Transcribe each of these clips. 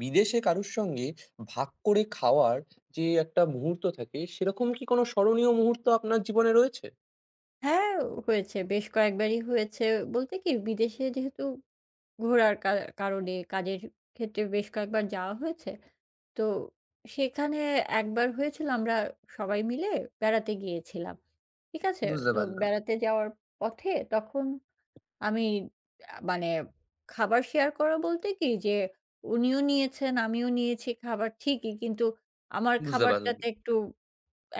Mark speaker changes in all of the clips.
Speaker 1: বিদেশে কারুর সঙ্গে ভাগ করে খাওয়ার যে একটা মুহূর্ত থাকে, সেরকম কি কোনো স্মরণীয় মুহূর্ত আপনার জীবনে রয়েছে?
Speaker 2: হ্যাঁ, হয়েছে। বেশ কয়েকবারই হয়েছে। বলতে কি বিদেশে যেহেতু ঘোরার কারণে কাজের ক্ষেত্রে বেশ কয়েকবার যাওয়া হয়েছে। তো সেখানে একবার হয়েছিল আমরা সবাই মিলে বেড়াতে গিয়েছিলাম। ঠিক আছে?
Speaker 1: বুঝতে
Speaker 2: তো
Speaker 1: পারলাম,
Speaker 2: বেড়াতে যাওয়ার পথে তখন আমি মানে খাবার শেয়ার করা বলতে কি যে উনিও নিয়েছেন, আমিও নিয়েছি খাবার ঠিকই। কিন্তু আমার
Speaker 1: বুঝতে পারলাম।
Speaker 2: খাবারটাতে একটু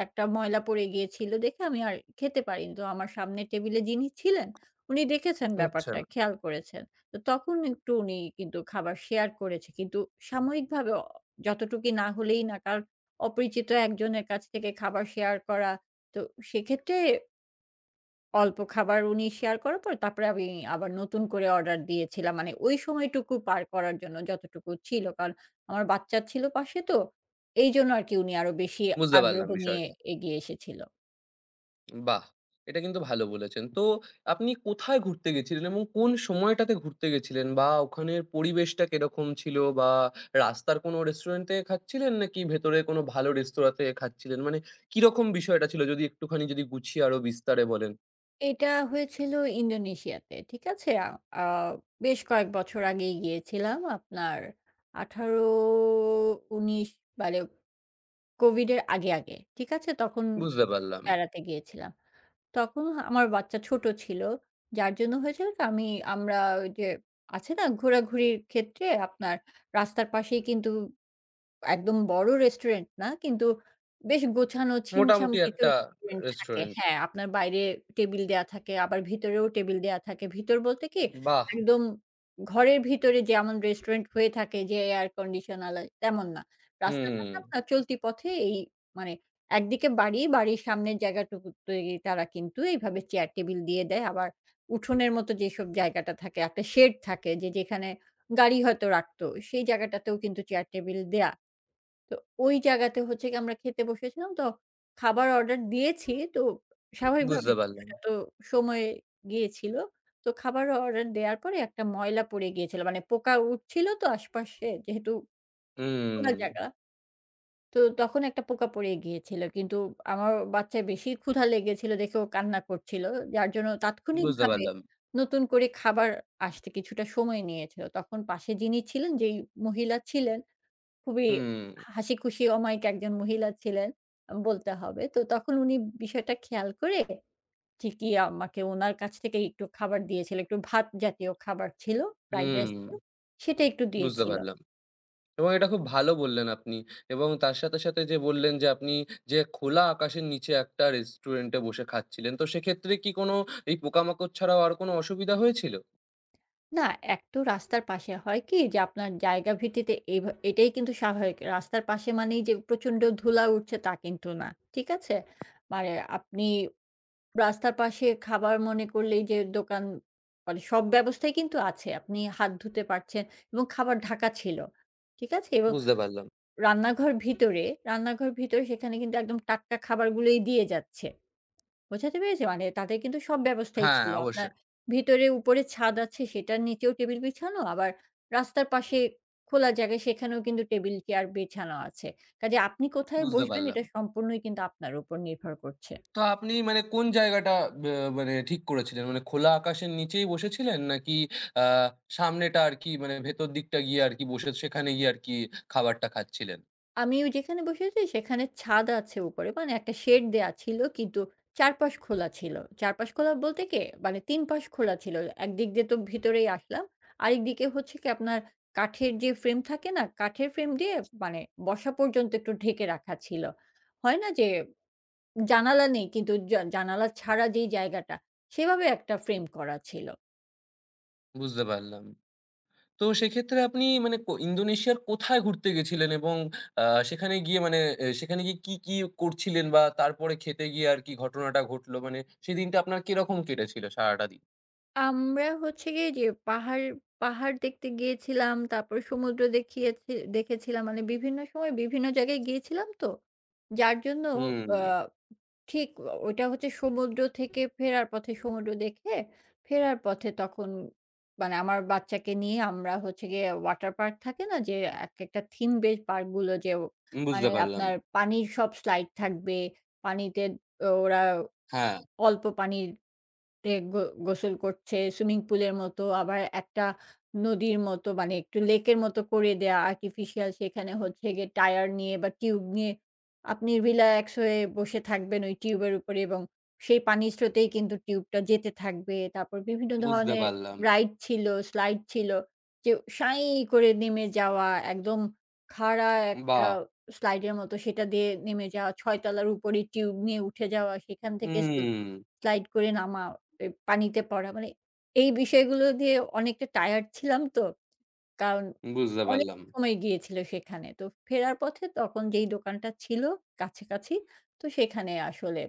Speaker 2: একটা ময়লা পড়ে গিয়েছিল দেখে আমি আর খেতে পারিনি। তো আমার সামনের টেবিলে যিনি ছিলেন, উনি দেখেছেন
Speaker 1: আচ্ছা,
Speaker 2: ব্যাপারটা, খেয়াল করেছেন। তো তখন একটু উনি কিন্তু খাবার শেয়ার করেছে। কিন্তু সাময়িকভাবে যতটুকি না হলেই না, কারণ অপরিচিত একজনের কাছ থেকে খাবার শেয়ার করা, তো সেক্ষেত্রে অল্প খাবার উনি শেয়ার করার পর তারপরে আমি আবার নতুন করে অর্ডার দিয়েছিলাম। মানে ওই সময়টুকু পার করার জন্য যতটুকু ছিল। কারণ আমার বাচ্চা ছিল পাশে তো। এইজন্য আরকি উনি আরো বেশি
Speaker 1: বুঝতে
Speaker 2: আগ্রহ
Speaker 1: পারলাম
Speaker 2: নিয়ে
Speaker 1: বিষয়টা।
Speaker 2: এগিয়ে এসেছিল।
Speaker 1: বাহ! এটা কিন্তু ভালো বলেছেন। তো আপনি কোথায় ঘুরতে গেছিলেন এবং কোন সময়টাতে ঘুরতে গেছিলেন? বা ওখানের পরিবেশটা কিরকম ছিল? বা রাস্তার কোনো রেস্টুরেন্ট থেকে খাচ্ছিলেন নাকি ভেতরে কোনো ভালো রেস্তোরাঁ থেকে খাচ্ছিলেন? মানে কিরকম বিষয়টা ছিল? যদি একটুখানি গুছিয়ে আরো বিস্তারে বলেন,
Speaker 2: এটা হয়েছিল ইন্দোনেশিয়াতে। ঠিক আছে? আ আ বেশ কয়েক বছর আগেই গিয়েছিলাম। আপনার ১৮-১৯ মানে কোভিডের আগে, আগে। ঠিক আছে? তখন
Speaker 1: বুঝতে পারলাম।
Speaker 2: বেড়াতে গিয়েছিলাম। তখন আমার বাচ্চা ছোট ছিল। যার জন্য হয়েছিল কি আমরা ওই যে আছে না ঘোরাঘুরির ক্ষেত্রে আপনার রাস্তার পাশেই কিন্তু একদম বড় রেস্টুরেন্ট না কিন্তু বেশ গোছানো ছিমছাম
Speaker 1: মোটামুটি
Speaker 2: কিছু
Speaker 1: একটা
Speaker 2: রেস্টুরেন্ট থাকে।
Speaker 1: রেস্টুরেন্ট।
Speaker 2: হ্যাঁ, আপনার বাইরে টেবিল দেয়া থাকে, আবার ভিতরেও টেবিল দেয়া থাকে। ভিতর বলতে কি
Speaker 1: বাহ!
Speaker 2: একদম ঘরের ভিতরে যেমন রেস্টুরেন্ট হয়ে থাকে যে এয়ার কন্ডিশন আলা তেমন না। রাস্তার
Speaker 1: হুম,
Speaker 2: পাশে আপনার চলতি পথে এই মানে একদিকে বাড়ি, বাড়ির সামনের জায়গাটুকুতে তারা কিন্তু এইভাবে চেয়ার টেবিল দিয়ে দেয়। আবার উঠোনের মতো যেসব জায়গাটা থাকে, একটা শেড থাকে যে যেখানে গাড়ি হয়তো রাখতো সেই জায়গাটাতেও কিন্তু চেয়ার টেবিল দেয়া। তো ওই জায়গাতে হচ্ছে গিয়ে আমরা খেতে বসেছিলাম। তো খাবার অর্ডার দিয়েছি। তো হুম। স্বাভাবিকভাবে
Speaker 1: বুঝতে পারলাম।
Speaker 2: কিছুটা তো সময় গিয়েছিল। তো খাবার অর্ডার দেওয়ার পরে একটা ময়লা পড়ে গিয়েছিল। মানে পোকা উঠছিল তো আশপাশে যেহেতু খোলা
Speaker 1: হুম,
Speaker 2: জায়গা। তো তখন একটা পোকা পড়ে গিয়েছিল। কিন্তু আমার বাচ্চার বেশি ক্ষুধা লেগেছিল দেখে ও কান্না করছিল। যার জন্য
Speaker 1: বুঝতে
Speaker 2: তাৎক্ষণিকভাবে
Speaker 1: পারলাম।
Speaker 2: নতুন করে খাবার আসতে কিছুটা সময় নিয়েছিল। তখন পাশে যিনি ছিলেন, যেই মহিলা ছিলেন খুবই
Speaker 1: হুম,
Speaker 2: হাসিখুশি অমায়িক একজন মহিলা ছিলেন বলতে হবে। তো তখন উনি বিষয়টা খেয়াল করে ঠিকই আমাকে উনার কাছ থেকেই একটু খাবার দিয়েছিল। একটু ভাত জাতীয় খাবার ছিল, ফ্রাইড
Speaker 1: হুম,
Speaker 2: রাইস ছিল। সেটা একটু
Speaker 1: বুঝতে
Speaker 2: দিয়েছিল।
Speaker 1: পারলাম। এবং এটা খুব ভালো বললেন আপনি। এবং তার সাথে, সাথে যে বললেন যে আপনি যে খোলা আকাশের নিচে একটা রেস্টুরেন্টে বসে খাচ্ছিলেন। তো সেক্ষেত্রে কি কোনো এই পোকামাকড় ছাড়াও আর কোনো অসুবিধা হয়েছিল?
Speaker 2: না, এক তো রাস্তার পাশে হয় কি যে আপনার জায়গা ভিত্তিতে এটাই কিন্তু স্বাভাবিক। রাস্তার পাশে মানেই যে প্রচণ্ড ধুলা উঠছে তা কিন্তু না। ঠিক আছে? মানে আপনি রাস্তার পাশে খাবার মনে করলেই যে দোকান মানে সব ব্যবস্থাই কিন্তু আছে। আপনি হাত ধুতে পারছেন এবং খাবার ঢাকা ছিল। ঠিক আছে? এবং
Speaker 1: বুঝতে পারলাম।
Speaker 2: রান্নাঘর ভিতরে সেখানে কিন্তু একদম টাটকা খাবারগুলোই দিয়ে যাচ্ছে। বোঝাতে পেরেছি? মানে তাদের কিন্তু সব ব্যবস্থাই
Speaker 1: হ্যাঁ,
Speaker 2: ছিল। আপনার
Speaker 1: অবশ্যই।
Speaker 2: ভিতরে উপরে ছাদ আছে সেটার নিচেও টেবিল বিছানো, আবার রাস্তার পাশে খোলা জায়গায় সেখানেও কিন্তু টেবিল চেয়ার বিছানো আছে। কাজে আপনি কোথায়
Speaker 1: বুঝতে
Speaker 2: বসবেন
Speaker 1: পারলাম।
Speaker 2: এটা সম্পূর্ণই কিন্তু আপনার উপর নির্ভর করছে।
Speaker 1: তো আপনি মানে কোন জায়গাটা বে মানে ঠিক করেছিলেন? মানে খোলা আকাশের নিচেই বসেছিলেন? নাকি আ সামনেটা আরকি মানে ভেতর দিকটা গিয়ে আরকি বসে সেখানে গিয়ে আরকি খাবারটা খাচ্ছিলেন?
Speaker 2: আমি ওই যেখানে বসেছি সেখানে ছাদ আছে উপরে। মানে একটা শেড দেয়া ছিল কিন্তু চারপাশ খোলা ছিল। চারপাশ খোলা বলতে কি মানে ৩ পাশ খোলা ছিল। একদিক দিয়ে তো ভিতরেই আসলাম। আরেক দিকে হচ্ছে কি আপনার কাঠের যে ফ্রেম থাকে না? কাঠের ফ্রেম দিয়ে মানে বসা পর্যন্ত একটু ঢেকে রাখা ছিল। হয় না যে জানালা নেই কিন্তু জানালা ছাড়া যেই জায়গাটা সেভাবে একটা ফ্রেম করা ছিল।
Speaker 1: বুঝতে পারলাম। তো সেক্ষেত্রে আপনি মানে ইন্দোনেশিয়ার কোথায় ঘুরতে গেছিলেন? এবং আ সেখানে গিয়ে মানে সেখানে গিয়ে কি, কি করছিলেন? বা তারপরে খেতে গিয়ে আরকি ঘটনাটা ঘটলো? মানে সেদিনটা আপনার কিরকম কেটেছিল সারাটা দিন?
Speaker 2: আমরা হচ্ছে গিয়ে যে পাহাড়, পাহাড় দেখতে গিয়েছিলাম। তারপর সমুদ্র দেখেছিলাম। মানে বিভিন্ন সময় বিভিন্ন জায়গায় গিয়েছিলাম তো। যার জন্য আ
Speaker 1: হুম,
Speaker 2: ঠিক ওইটা হচ্ছে সমুদ্র থেকে ফেরার পথে সমুদ্র দেখে ফেরার পথে তখন মানে আমার বাচ্চাকে নিয়ে আমরা হচ্ছে গিয়ে ওয়াটার পার্ক থাকে না? যে একেকটা থিম বেসড পার্ক গুলো যে মানে
Speaker 1: বুঝতে পারলাম।
Speaker 2: আপনার পানির সব স্লাইড থাকবে। পানিতে ওরা
Speaker 1: হ্যাঁ,
Speaker 2: অল্প পানির তে গো গোসল করছে সুইমিং পুলের মতো আবার একটা নদীর মতো মানে একটু লেকের মতো করে দেয়া আর্টিফিশিয়াল সেখানে হচ্ছে গিয়ে টায়ার নিয়ে বা টিউব নিয়ে আপনি রিল্যাক্স হয়ে বসে থাকবেন ওই টিউবের উপরে এবং সেই পানির স্রোতেই কিন্তু টিউবটা যেতে থাকবে। তারপর বিভিন্ন
Speaker 1: বুঝতে
Speaker 2: ধরনের
Speaker 1: পারলাম।
Speaker 2: রাইড ছিল, স্লাইড ছিল যে সাঁই করে নেমে যাওয়া একদম খাড়া একটা
Speaker 1: বাহ!
Speaker 2: স্লাইডের মতো সেটা দিয়ে নেমে যাওয়া ৬ তলার উপরে টিউব নিয়ে উঠে যাওয়া সেখান থেকে স্লিপ
Speaker 1: হুম।
Speaker 2: স্লাইড করে নামা। এ পানিতে পড়া। মানে এই বিষয়গুলো দিয়ে অনেকটা টায়ার্ড ছিলাম তো। কারণ
Speaker 1: বুঝতে
Speaker 2: অনেক
Speaker 1: পারলাম,
Speaker 2: সময় গিয়েছিল সেখানে। তো ফেরার পথে তখন যেই দোকানটা ছিল কাছাকাছি, তো সেখানে আসলে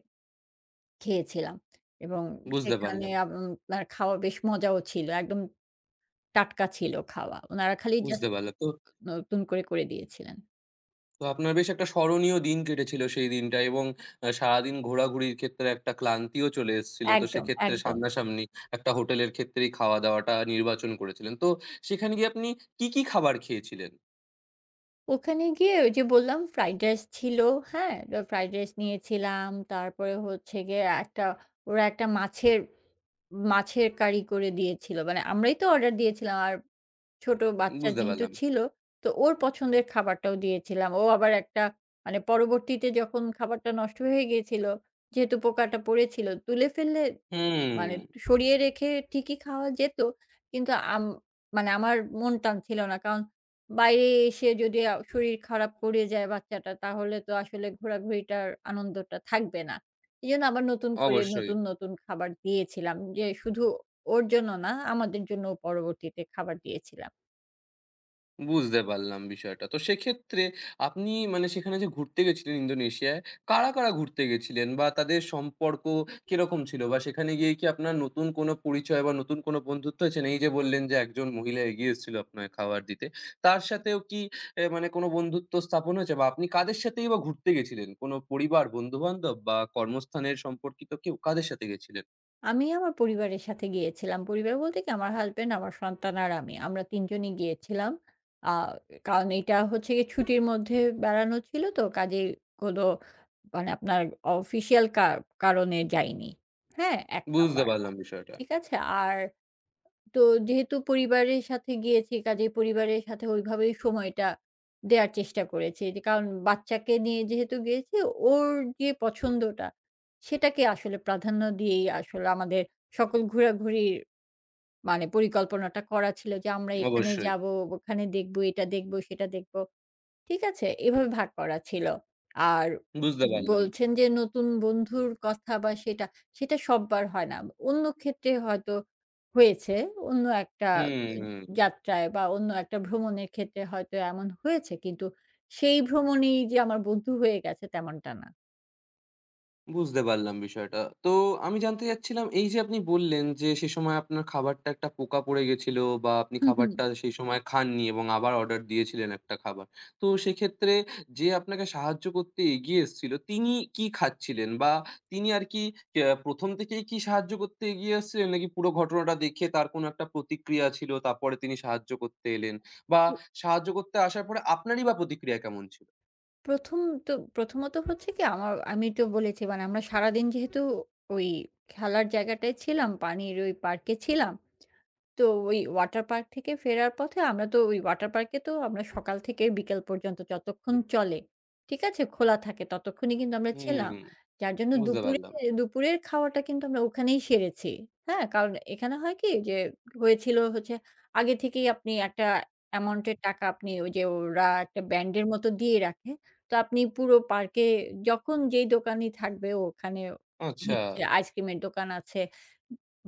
Speaker 2: খেয়েছিলাম। এবং
Speaker 1: বুঝতে
Speaker 2: সেখানে
Speaker 1: পারলাম,
Speaker 2: আপনার খাওয়া বেশ মজাও ছিল। একদম টাটকা ছিল খাওয়া। উনারা খালি জাস্ট
Speaker 1: বুঝতে পারলাম। তো
Speaker 2: করে দিয়েছিলেন।
Speaker 1: তো আপনার বেশ একটা স্মরণীয় দিন কেটেছিল সেই দিনটা এবং সারাদিন ঘোরাঘুরির ক্ষেত্রে একটা ক্লান্তিও চলে এসেছিল। তো
Speaker 2: একদম,
Speaker 1: সেক্ষেত্রে
Speaker 2: একদম।
Speaker 1: সামনাসামনি একটা হোটেলের ক্ষেত্রেই খাওয়া-দাওয়াটা নির্বাচন করেছিলেন। তো সেখানে গিয়ে আপনি কি, কি খাবার খেয়েছিলেন?
Speaker 2: ওখানে গিয়ে ওই যে বললাম ফ্রাইড রাইস ছিল, হ্যাঁ? ফ্রাইড রাইস নিয়েছিলাম। তারপরে হচ্ছে গিয়ে একটা ওরা একটা মাছের মাছের কারি করে দিয়েছিল। মানে আমরাই তো অর্ডার দিয়েছিলাম। আর ছোট বাচ্চা
Speaker 1: বুঝতে
Speaker 2: যেহেতু
Speaker 1: পারলাম।
Speaker 2: ছিল, তো ওর পছন্দের খাবারটাও দিয়েছিলাম। ও আবার একটা মানে পরবর্তীতে যখন খাবারটা নষ্ট হয়ে গিয়েছিল, যেহেতু পোকাটা পড়েছিল, তুলে ফেললে
Speaker 1: হুম,
Speaker 2: মানে সরিয়ে রেখে ঠিকই খাওয়া যেত। কিন্তু মানে আমার মন টান ছিল না। কারণ বাইরে এসে যদি শরীর খারাপ করে যায় বাচ্চাটা তাহলে তো আসলে ঘোরাঘুরিটার আনন্দটা থাকবে না। এজন্য আবার নতুন করে
Speaker 1: অবশ্যই।
Speaker 2: নতুন খাবার দিয়েছিলাম। যে শুধু ওর জন্য না আমাদের জন্যও পরবর্তীতে খাবার দিয়েছিলাম।
Speaker 1: বুঝতে পারলাম বিষয়টা। তো সেক্ষেত্রে আপনি মানে সেখানে যে ঘুরতে গেছিলেন ইন্দোনেশিয়ায়, কারা, কারা ঘুরতে গেছিলেন? বা তাদের সম্পর্ক কিরকম ছিল? বা সেখানে গিয়ে কি আপনার নতুন কোনো পরিচয় বা নতুন কোনো বন্ধুত্ব হয়েছে? মানে এই যে বললেন যে একজন মহিলা এগিয়ে এসেছিল আপনাকে খাবার দিতে। তার সাথেও কি মানে কোনো বন্ধুত্ব স্থাপন হয়েছে? বা আপনি কাদের সাথেই বা ঘুরতে গেছিলেন? কোনো পরিবার, বন্ধু-বান্ধব বা কর্মস্থানের সম্পর্কিত কেউ? কাদের সাথে গেছিলেন?
Speaker 2: আমি আমার পরিবারের সাথে গিয়েছিলাম। পরিবার বলতে কি আমার হাসব্যান্ড, আমার সন্তান আর আমি। আমরা ৩ জনই গিয়েছিলাম। আ কারণ এটা হচ্ছে গিয়ে ছুটির মধ্যে বেড়ানো ছিল তো কাজেই কোনো মানে আপনার অফিসিয়াল কারণে যাইনি। হ্যাঁ? ১
Speaker 1: বুঝতে
Speaker 2: নাম্বার।
Speaker 1: পারলাম বিষয়টা।
Speaker 2: ঠিক আছে? আর তো যেহেতু পরিবারের সাথে গিয়েছি কাজেই পরিবারের সাথে ওইভাবেই সময়টা দেয়ার চেষ্টা করেছি। যে কারণ বাচ্চাকে নিয়ে যেহেতু গিয়েছি ওর যে পছন্দটা সেটাকে আসলে প্রাধান্য দিয়েই আসলে আমাদের সকল ঘোরাঘুরির মানে পরিকল্পনাটা করা ছিল যে আমরা এখানে
Speaker 1: অবশ্যই,
Speaker 2: যাবো, ওখানে দেখবো, এটা দেখবো, সেটা দেখবো। ঠিক আছে? এভাবে ভাগ করা ছিল। আর
Speaker 1: বুঝতে পারলাম।
Speaker 2: বলছেন যে নতুন বন্ধুর কথা বা সেটা সববার হয় না। অন্য ক্ষেত্রে হয়তো হয়েছে। অন্য একটা
Speaker 1: হুম, হুম।
Speaker 2: যাত্রায় বা অন্য একটা ভ্রমণের ক্ষেত্রে হয়তো এমন হয়েছে কিন্তু সেই ভ্রমণেই যে আমার বন্ধু হয়ে গেছে তেমনটা না।
Speaker 1: বুঝতে পারলাম বিষয়টা। তো আমি জানতে চাচ্ছিলাম এই যে আপনি বললেন যে, সে সময় আপনার খাবারটা একটা পোকা পড়ে গেছিল বা আপনি
Speaker 2: হুম, হুম।
Speaker 1: খাবারটা সেই সময় খাননি এবং আবার অর্ডার দিয়েছিলেন একটা খাবার। তো সেক্ষেত্রে যে আপনাকে সাহায্য করতে এগিয়ে এসছিল, তিনি কি খাচ্ছিলেন? বা তিনি আর কি ১ম থেকেই কি সাহায্য করতে এগিয়ে এসছিলেন? নাকি পুরো ঘটনাটা দেখে তার কোনো একটা প্রতিক্রিয়া ছিল, তারপরে তিনি সাহায্য করতে এলেন? বা
Speaker 2: উ
Speaker 1: সাহায্য করতে আসার পরে আপনারই বা প্রতিক্রিয়া কেমন ছিল?
Speaker 2: ১ম তো প্রথমত হচ্ছে কি আমার আমি তো বলেছি মানে আমরা সারাদিন যেহেতু ওই খেলার জায়গাটায় ছিলাম, পানির ওই পার্কে ছিলাম। তো ওই ওয়াটার পার্ক থেকে ফেরার পথে আমরা তো ওই ওয়াটার পার্কে তো আমরা সকাল থেকে বিকেল পর্যন্ত যতক্ষণ চলে, ঠিক আছে? খোলা থাকে ততক্ষণই কিন্তু আমরা
Speaker 1: হুম,
Speaker 2: ছিলাম। যার জন্য
Speaker 1: বুঝতে পারলাম।
Speaker 2: দুপুরের খাওয়াটা কিন্তু আমরা ওখানেই সেরেছি। হ্যাঁ? কারণ এখানে হয় কি যে হয়েছিল হচ্ছে আগে থেকেই আপনি একটা অ্যামাউন্ট এর টাকা আপনি ওই যে ওরা একটা ব্যান্ডের মতো দিয়ে রাখে। তো আপনি পুরো পার্কে যখন যেই দোকানি থাকবে ওখানে
Speaker 1: আচ্ছা।
Speaker 2: দিচ্ছে। আইসক্রিমের দোকান আছে।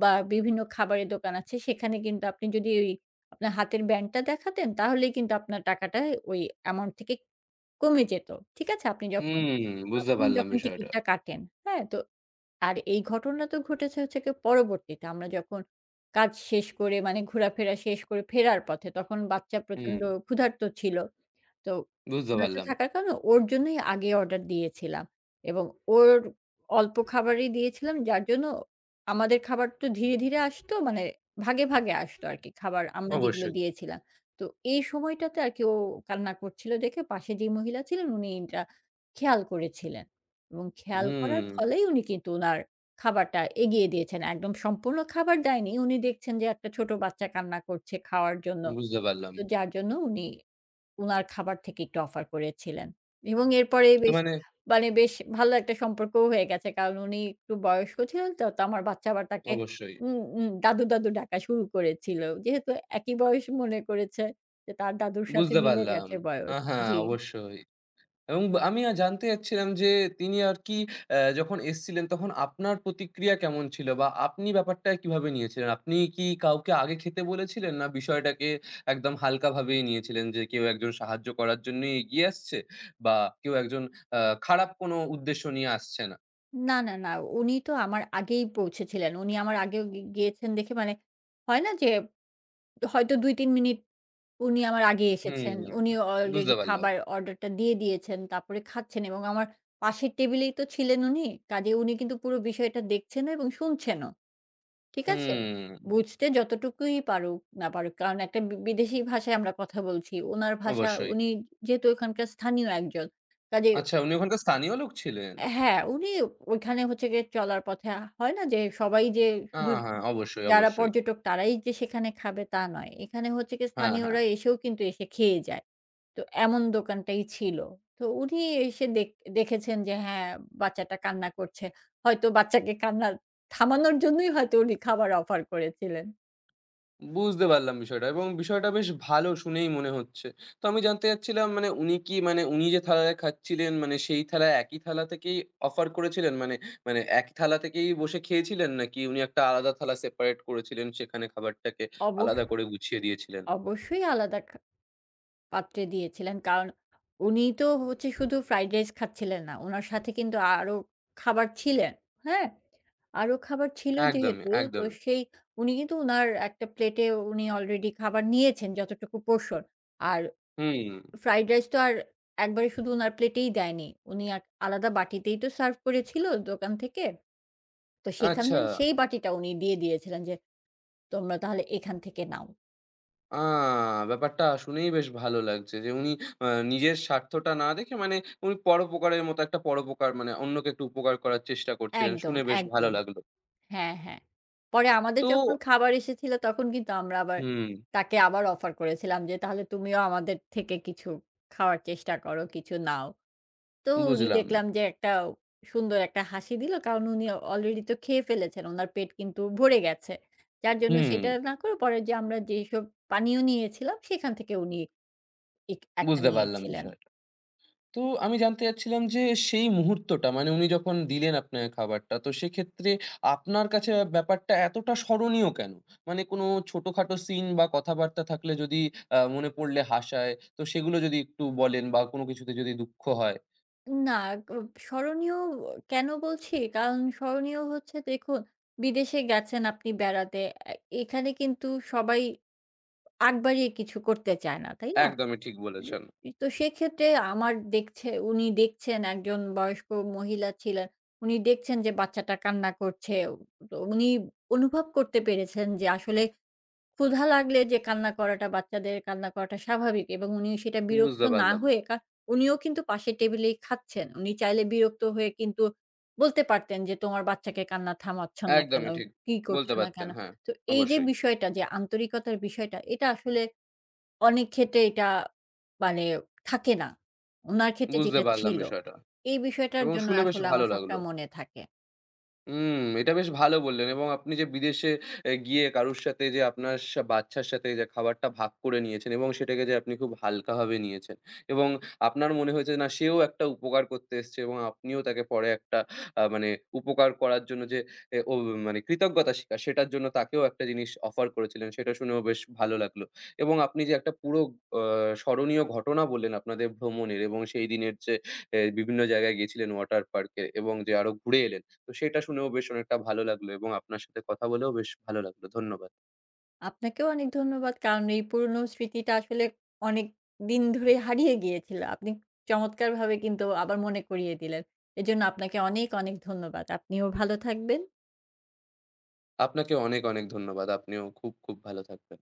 Speaker 2: বা বিভিন্ন খাবারের দোকান আছে সেখানে কিন্তু আপনি যদি ওই আপনার হাতের ব্যান্ডটা দেখাতেন তাহলেই কিন্তু আপনার টাকাটা ওই অ্যামাউন্ট থেকে কমে যেত। ঠিক আছে? আপনি যখন
Speaker 1: হুম, বুঝতে
Speaker 2: ১ম
Speaker 1: পারলাম
Speaker 2: যখন
Speaker 1: বিষয়টা।
Speaker 2: টিকিটটা কাটেন, হ্যাঁ? তো আর এই ঘটনা তো ঘটেছে হচ্ছে গিয়ে পরবর্তীতে। আমরা যখন কাজ শেষ করে মানে ঘোরাফেরা শেষ করে ফেরার পথে তখন বাচ্চা প্রচন্ড
Speaker 1: হুম,
Speaker 2: ক্ষুধার্ত ছিল। তো
Speaker 1: বুঝতে
Speaker 2: ক্ষুধার্ত
Speaker 1: পারলাম।
Speaker 2: থাকার কারণে ওর জন্যই আগে অর্ডার দিয়েছিলাম এবং ওর অল্প খাবারই দিয়েছিলাম যার জন্য আমাদের খাবার তো ধীরে, ধীরে আসতো মানে ভাগে, ভাগে আসতো আরকি খাবার আমরা যেগুলো
Speaker 1: অবশ্যই।
Speaker 2: দিয়েছিলাম। তো এই সময়টাতে আরকি ও কান্না করছিল দেখে পাশে যে মহিলা ছিলেন উনি এটা খেয়াল করেছিলেন এবং খেয়াল করার
Speaker 1: হুম,
Speaker 2: ফলেই উনি কিন্তু উনার খাবারটা এগিয়ে দিয়েছেন। একদম সম্পূর্ণ খাবার দেয়নি। উনি দেখছেন যে একটা ছোট বাচ্চা কান্না করছে খাওয়ার জন্য।
Speaker 1: বুঝতে পারলাম।
Speaker 2: তো যার জন্য উনি উনার খাবার থেকে একটু অফার করেছিলেন। এবং এরপরে
Speaker 1: তো
Speaker 2: বেশ
Speaker 1: মানে
Speaker 2: মানে বেশ ভালো একটা সম্পর্কও হয়ে গেছে। কারণ উনি একটু বয়স্ক ছিলেন তো, তো আমার বাচ্চা আবার তাকে
Speaker 1: অবশ্যই।
Speaker 2: উম উম দাদু, দাদু ডাকা শুরু করেছিল। যেহেতু একই বয়স মনে করেছে যে তার দাদুর সাথে
Speaker 1: বুঝতে
Speaker 2: মিলে
Speaker 1: পারলাম।
Speaker 2: গেছে বয়স।
Speaker 1: হ্যাঁ,
Speaker 2: জি।
Speaker 1: অবশ্যই। এবং বা আমি জানতে চাচ্ছিলাম যে তিনি আর কি যখন এসেছিলেন তখন আপনার প্রতিক্রিয়া কেমন ছিল? বা আপনি ব্যাপারটা কিভাবে নিয়েছিলেন? আপনি কি কাউকে আগে খেতে বলেছিলেন? না বিষয়টাকে একদম হালকাভাবেই নিয়েছিলেন যে কেউ একজন সাহায্য করার জন্যই এগিয়ে আসছে বা কেউ একজন আ খারাপ কোনো উদ্দেশ্য নিয়ে আসছে না?
Speaker 2: না, না, না। উনি তো আমার আগেই পৌঁছেছিলেন। উনি আমার আগেও গিয়েছেন দেখে মানে হয় না যে হয়তো ২-৩ মিনিট উনি আমার আগে
Speaker 1: হুম,
Speaker 2: এসেছেন। উনি
Speaker 1: বুঝতে
Speaker 2: অলরেডি
Speaker 1: পারলাম।
Speaker 2: খাবার অর্ডারটা দিয়ে দিয়েছেন। তারপরে খাচ্ছেন এবং আমার পাশের টেবিলেই তো ছিলেন উনি। কাজেই উনি কিন্তু পুরো বিষয়টা দেখছেনও এবং শুনছেনও। ঠিক আছে?
Speaker 1: হুম,
Speaker 2: বুঝতে যতটুকুই পারুক না পারুক। কারণ একটা বিদেশী ভাষায় আমরা কথা বলছি। উনার ভাষা
Speaker 1: অবশ্যই।
Speaker 2: উনি যেহেতু ওখানকার স্থানীয় একজন। কাজেই
Speaker 1: আচ্ছা উনি ওখানকার স্থানীয় লোক ছিলেন?
Speaker 2: হ্যাঁ, উনি ওইখানে হচ্ছে গিয়ে চলার পথে হয় না যে সবাই যে
Speaker 1: আ
Speaker 2: শুধু
Speaker 1: হ্যাঁ, অবশ্যই,
Speaker 2: যারা
Speaker 1: অবশ্যই।
Speaker 2: পর্যটক তারাই যে সেখানে খাবে তা নয়। এখানে হচ্ছে গিয়ে
Speaker 1: হ্যাঁ, হ্যাঁ।
Speaker 2: স্থানীয়রা এসেও কিন্তু এসে খেয়ে যায়। তো এমন দোকানটাই ছিল। তো উনি এসে দেখেছেন যে হ্যাঁ, বাচ্চাটা কান্না করছে। হয়তো বাচ্চাকে কান্না থামানোর জন্যই হয়তো উনি খাবার অফার করেছিলেন।
Speaker 1: বুঝতে পারলাম বিষয়টা এবং বিষয়টা বেশ ভালো শুনেই মনে হচ্ছে। তো আমি জানতে চাচ্ছিলাম মানে উনি কি মানে উনি যে থালায় খাচ্ছিলেন মানে সেই থালায় একই থালা থেকেই অফার করেছিলেন? মানে মানে এক থালা থেকেই বসে খেয়েছিলেন নাকি উনি একটা আলাদা থালা সেপারেট করেছিলেন সেখানে খাবারটাকে
Speaker 2: অবশ
Speaker 1: আলাদা করে গুছিয়ে দিয়েছিলেন?
Speaker 2: অবশ্যই আলাদা পাত্রে দিয়েছিলেন। কারণ উনি তো হচ্ছে শুধু ফ্রাইড রাইস খাচ্ছিলেন না। উনার সাথে কিন্তু আরো খাবার ছিলেন। হ্যাঁ? আরো খাবার ছিল
Speaker 1: একদমই,
Speaker 2: যেহেতু তো
Speaker 1: একদমই।
Speaker 2: সেই উনি কিন্তু উনার একটা প্লেটে উনি অলরেডি খাবার নিয়েছেন যতটুকু পোর্শন। আর
Speaker 1: হুম,
Speaker 2: ফ্রাইড রাইস তো আর একবারে শুধু উনার প্লেটেই দেয়নি। উনি এক আলাদা বাটিতেই তো সার্ভ করেছিল দোকান থেকে। তো সেখানে
Speaker 1: আচ্ছা।
Speaker 2: সেই বাটিটা উনি দিয়ে দিয়েছিলেন যে, "তোমরা তাহলে এখান থেকে নাও।"
Speaker 1: আ ব্যাপারটা শুনেই বেশ ভালো লাগছে যে উনি আ নিজের স্বার্থটা না দেখে মানে উনি পরোপকারের মতো একটা পরোপকার মানে অন্যকে একটু উপকার করার চেষ্টা করছিলেন।
Speaker 2: একদম,
Speaker 1: শুনে বেশ ভালো
Speaker 2: একদম।
Speaker 1: লাগলো।
Speaker 2: হ্যাঁ, হ্যাঁ। পরে আমাদের
Speaker 1: তো
Speaker 2: যখন খাবার এসেছিল তখন কিন্তু আমরা আবার
Speaker 1: হুম,
Speaker 2: তাকে আবার অফার করেছিলাম যে, "তাহলে তুমিও আমাদের থেকে কিছু খাওয়ার চেষ্টা করো, কিছু নাও।" তো উনি
Speaker 1: বুঝলাম।
Speaker 2: দেখলাম যে একটা সুন্দর একটা হাসি দিল। কারণ উনি অলরেডি তো খেয়ে ফেলেছেন। উনার পেট কিন্তু ভরে গেছে। যার জন্য
Speaker 1: হুম,
Speaker 2: সেটা না করে পরে যে আমরা যেসব পানীয় নিয়েছিলাম সেখান থেকে উনি এক একটা
Speaker 1: বুঝতে পারলাম
Speaker 2: নিয়েছিলেন।
Speaker 1: বিষয়। তো আমি জানতে চাচ্ছিলাম যে সেই মুহূর্তটা মানে উনি যখন দিলেন আপনাকে খাবারটা তো সেক্ষেত্রে আপনার কাছে ব্যাপারটা এতটা স্মরণীয় কেন? মানে কোনো ছোটখাটো সিন বা কথাবার্তা থাকলে যদি মনে পড়লে হাসায় তো সেগুলো যদি একটু বলেন বা কোনো কিছুতে যদি দুঃখ হয়?
Speaker 2: না, গ স্মরণীয় কেন বলছি? কারণ স্মরণীয় হচ্ছে দেখুন, বিদেশে গেছেন আপনি বেড়াতে। এ এখানে কিন্তু সবাই আগ বাড়িয়ে কিছু করতে চায় না, তাই না?
Speaker 1: একদমই ঠিক বলেছেন।
Speaker 2: তো সেক্ষেত্রে আমার দেখছে উনি দেখছেন একজন বয়স্ক মহিলা ছিলেন। উনি দেখছেন যে বাচ্চাটা কান্না করছে। তো উনি অনুভব করতে পেরেছেন যে আসলে ক্ষুধা লাগলে যে কান্না করাটা বাচ্চাদের কান্না করাটা স্বাভাবিক এবং উনি সেটা বিরক্ত
Speaker 1: বুঝতে
Speaker 2: না
Speaker 1: পারলাম।
Speaker 2: হয়ে উনিও কিন্তু পাশের টেবিলেই খাচ্ছেন। উনি চাইলে বিরক্ত হয়ে কিন্তু বলতে পারতেন যে, "তোমার বাচ্চাকে কান্না থামাচ্ছ না কেন?
Speaker 1: একদমই ঠিক।
Speaker 2: কি
Speaker 1: বলতে
Speaker 2: করছো না কেন?"
Speaker 1: পারতেন। হ্যাঁ,
Speaker 2: তো এই যে
Speaker 1: অবশ্যই।
Speaker 2: বিষয়টা যে আন্তরিকতার বিষয়টা এটা আসলে অনেক ক্ষেত্রে এটা মানে থাকে না। উনার ক্ষেত্রে
Speaker 1: বুঝতে
Speaker 2: যেটা
Speaker 1: পারলাম
Speaker 2: ছিল।
Speaker 1: বিষয়টা
Speaker 2: এই বিষয়টার
Speaker 1: এবং
Speaker 2: জন্য
Speaker 1: শুনে বেশ
Speaker 2: আসলে
Speaker 1: ভালো
Speaker 2: আমার
Speaker 1: লাগলো।
Speaker 2: সবসময় মনে থাকে।
Speaker 1: হুম, এটা বেশ ভালো বললেন এবং আপনি যে বিদেশে গিয়ে কারুর সাথে যে আপনার বাচ্চার সাথে যে খাবারটা ভাগ করে নিয়েছেন এবং সেটাকে যে আপনি খুব হালকাভাবে নিয়েছেন এবং আপনার মনে হয়েছে না সেও একটা উপকার করতে এসছে এবং আপনিও তাকে পরে একটা মানে উপকার করার জন্য যে এ ও মানে কৃতজ্ঞতা স্বীকার সেটার জন্য তাকেও একটা জিনিস অফার করেছিলেন সেটা শুনেও বেশ ভালো লাগলো এবং আপনি যে একটা পুরো আ স্মরণীয় ঘটনা বললেন আপনাদের ভ্রমণের এবং সেই দিনের যে বিভিন্ন জায়গায় গেছিলেন ওয়াটার পার্কে এবং যে আরো ঘুরে এলেন। তো সেটা শুনেও বেশ অনেকটা ভালো লাগলো এবং আপনার সাথে কথা বলেও বেশ ভালো লাগলো। ধন্যবাদ।
Speaker 2: আপনাকেও অনেক ধন্যবাদ। কারণ এই পুরনো স্মৃতিটা আসলে অনেক দিন ধরে হারিয়ে গিয়েছিল। আপনি চমৎকারভাবে কিন্তু আবার মনে করিয়ে দিলেন। এজন্য আপনাকে অনেক, অনেক ধন্যবাদ। আপনিও ভালো থাকবেন।
Speaker 1: আপনাকে অনেক, অনেক ধন্যবাদ। আপনিও খুব, খুব ভালো থাকবেন।